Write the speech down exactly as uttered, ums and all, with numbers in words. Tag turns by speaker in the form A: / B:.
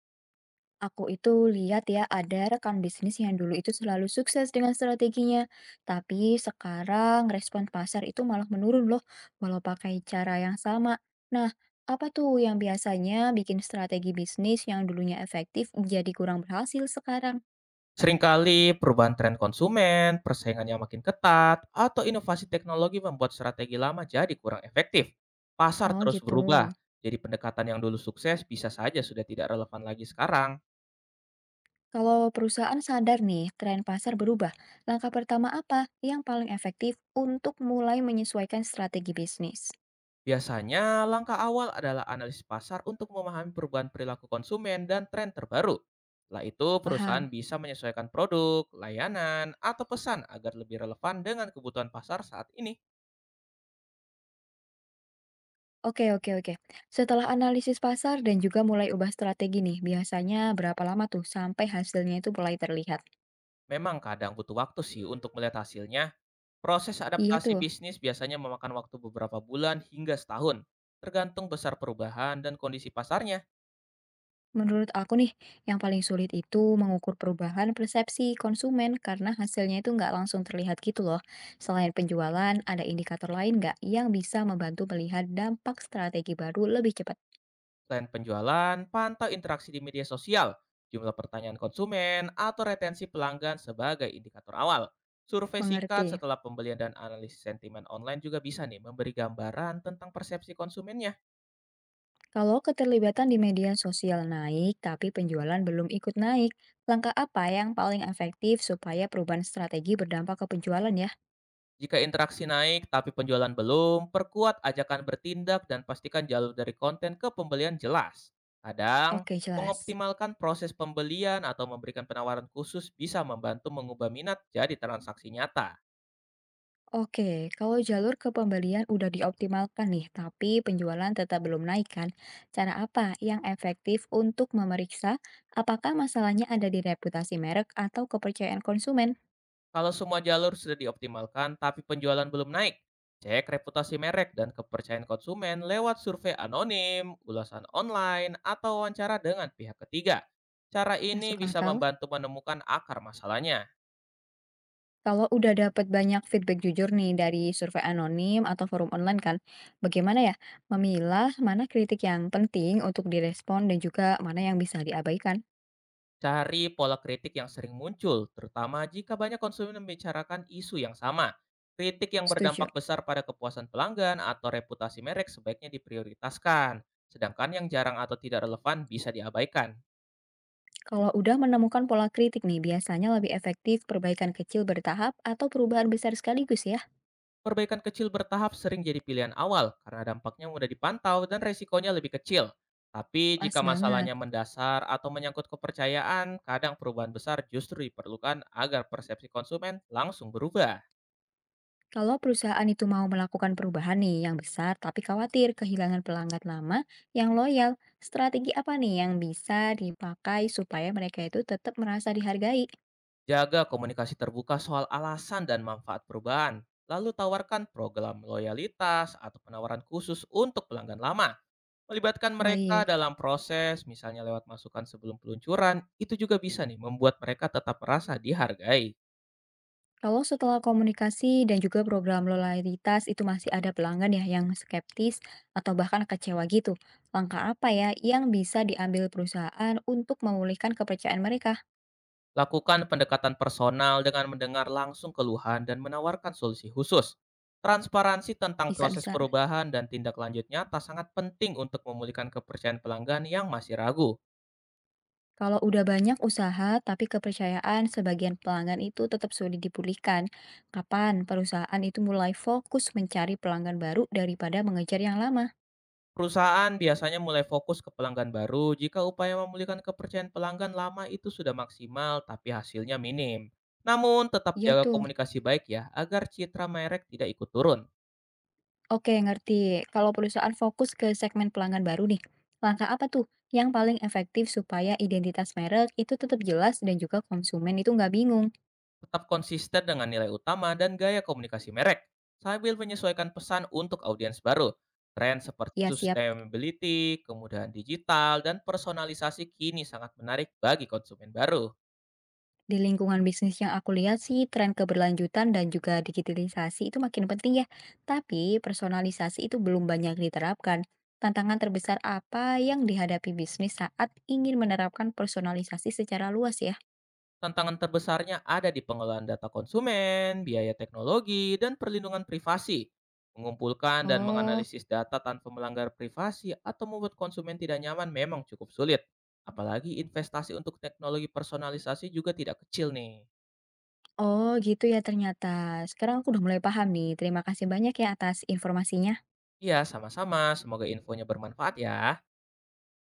A: Aku itu lihat ya ada rekan bisnis yang dulu itu selalu sukses dengan strateginya, tapi sekarang respon pasar itu malah menurun loh walau pakai cara yang sama. Nah, apa tuh yang biasanya bikin strategi bisnis yang dulunya efektif jadi kurang berhasil sekarang?
B: Seringkali perubahan tren konsumen, persaingan yang makin ketat, atau inovasi teknologi membuat strategi lama jadi kurang efektif. Pasar
A: Oh
B: terus
A: gitu.
B: berubah, jadi pendekatan yang dulu sukses bisa saja sudah tidak relevan lagi sekarang.
A: Kalau perusahaan sadar nih tren pasar berubah, langkah pertama apa yang paling efektif untuk mulai menyesuaikan strategi bisnis?
B: Biasanya, langkah awal adalah analisis pasar untuk memahami perubahan perilaku konsumen dan tren terbaru. Setelah itu, perusahaan
A: Paham?
B: bisa menyesuaikan produk, layanan, atau pesan agar lebih relevan dengan kebutuhan pasar saat ini.
A: Oke, oke, oke. Setelah analisis pasar dan juga mulai ubah strategi nih, biasanya berapa lama tuh sampai hasilnya itu mulai terlihat?
B: Memang kadang butuh waktu sih untuk melihat hasilnya. Proses
A: Iya
B: adaptasi
A: tuh,
B: bisnis biasanya memakan waktu beberapa bulan hingga setahun, tergantung besar perubahan dan kondisi pasarnya.
A: menurut aku nih, yang paling sulit itu mengukur perubahan persepsi konsumen karena hasilnya itu nggak langsung terlihat gitu loh. Selain penjualan, ada indikator lain nggak yang bisa membantu melihat dampak strategi baru lebih cepat?
B: Selain penjualan, pantau interaksi di media sosial, jumlah pertanyaan konsumen, atau retensi pelanggan sebagai indikator awal. Survei singkat
A: Mengerti.
B: setelah pembelian dan analisis sentimen online juga bisa nih memberi gambaran tentang persepsi konsumennya.
A: Kalau keterlibatan di media sosial naik, tapi penjualan belum ikut naik, langkah apa yang paling efektif supaya perubahan strategi berdampak ke penjualan ya?
B: Jika interaksi naik tapi penjualan belum, perkuat ajakan bertindak dan pastikan jalur dari konten ke pembelian jelas. Kadang,
A: Oke, jelas.
B: mengoptimalkan proses pembelian atau memberikan penawaran khusus bisa membantu mengubah minat jadi transaksi nyata.
A: Oke, kalau jalur ke pembelian udah dioptimalkan nih, tapi penjualan tetap belum naik kan? Cara apa yang efektif untuk memeriksa apakah masalahnya ada di reputasi merek atau kepercayaan konsumen?
B: Kalau semua jalur sudah dioptimalkan tapi penjualan belum naik, cek reputasi merek dan kepercayaan konsumen lewat survei anonim, ulasan online, atau wawancara dengan pihak ketiga. Cara ini
A: Masuk
B: bisa
A: akal?
B: membantu menemukan akar masalahnya.
A: Kalau udah dapat banyak feedback jujur nih dari survei anonim atau forum online kan, bagaimana ya memilah mana kritik yang penting untuk direspon dan juga mana yang bisa diabaikan?
B: Cari pola kritik yang sering muncul, terutama jika banyak konsumen membicarakan isu yang sama. Kritik yang
A: Setuju.
B: berdampak besar pada kepuasan pelanggan atau reputasi merek sebaiknya diprioritaskan, sedangkan yang jarang atau tidak relevan bisa diabaikan.
A: Kalau udah menemukan pola kritik nih, biasanya lebih efektif perbaikan kecil bertahap atau perubahan besar sekaligus ya.
B: Perbaikan kecil bertahap sering jadi pilihan awal karena dampaknya mudah dipantau dan resikonya lebih kecil. Tapi
A: Pas
B: jika masalahnya
A: banget.
B: mendasar atau menyangkut kepercayaan, kadang perubahan besar justru diperlukan agar persepsi konsumen langsung berubah.
A: Kalau perusahaan itu mau melakukan perubahan nih yang besar tapi khawatir kehilangan pelanggan lama yang loyal, strategi apa nih yang bisa dipakai supaya mereka itu tetap merasa dihargai?
B: Jaga komunikasi terbuka soal alasan dan manfaat perubahan, lalu tawarkan program loyalitas atau penawaran khusus untuk pelanggan lama. Melibatkan mereka
A: Baik,
B: dalam proses, misalnya lewat masukan sebelum peluncuran, itu juga bisa nih membuat mereka tetap merasa dihargai.
A: kalau setelah komunikasi dan juga program loyalitas itu masih ada pelanggan ya yang skeptis atau bahkan kecewa gitu, langkah apa ya yang bisa diambil perusahaan untuk memulihkan kepercayaan mereka?
B: Lakukan pendekatan personal dengan mendengar langsung keluhan dan menawarkan solusi khusus. Transparansi tentang proses
A: Bisa-bisa.
B: perubahan dan tindak lanjut nyata sangat penting untuk memulihkan kepercayaan pelanggan yang masih ragu.
A: Kalau udah banyak usaha tapi kepercayaan sebagian pelanggan itu tetap sulit dipulihkan, kapan perusahaan itu mulai fokus mencari pelanggan baru daripada mengejar yang lama?
B: Perusahaan biasanya mulai fokus ke pelanggan baru jika upaya memulihkan kepercayaan pelanggan lama itu sudah maksimal tapi hasilnya minim. Namun tetap
A: Iya
B: jaga
A: tuh.
B: komunikasi baik ya agar citra merek tidak ikut turun.
A: Oke, ngerti. Kalau perusahaan fokus ke segmen pelanggan baru nih, langkah apa tuh yang paling efektif supaya identitas merek itu tetap jelas dan juga konsumen itu nggak bingung?
B: Tetap konsisten dengan nilai utama dan gaya komunikasi merek sambil menyesuaikan pesan untuk audiens baru. Tren seperti
A: Ya siap,
B: sustainability, kemudahan digital, dan personalisasi kini sangat menarik bagi konsumen baru.
A: di lingkungan bisnis yang aku lihat sih, tren keberlanjutan dan juga digitalisasi itu makin penting ya. Tapi personalisasi itu belum banyak diterapkan. Tantangan terbesar apa yang dihadapi bisnis saat ingin menerapkan personalisasi secara luas ya?
B: Tantangan terbesarnya ada di pengelolaan data konsumen, biaya teknologi, dan perlindungan privasi. Mengumpulkan dan
A: Oh.
B: menganalisis data tanpa melanggar privasi atau membuat konsumen tidak nyaman memang cukup sulit. Apalagi investasi untuk teknologi personalisasi juga tidak kecil nih.
A: Oh gitu ya ternyata. Sekarang aku udah mulai paham nih. Terima kasih banyak ya atas informasinya.
B: Iya, sama-sama. Semoga infonya bermanfaat ya.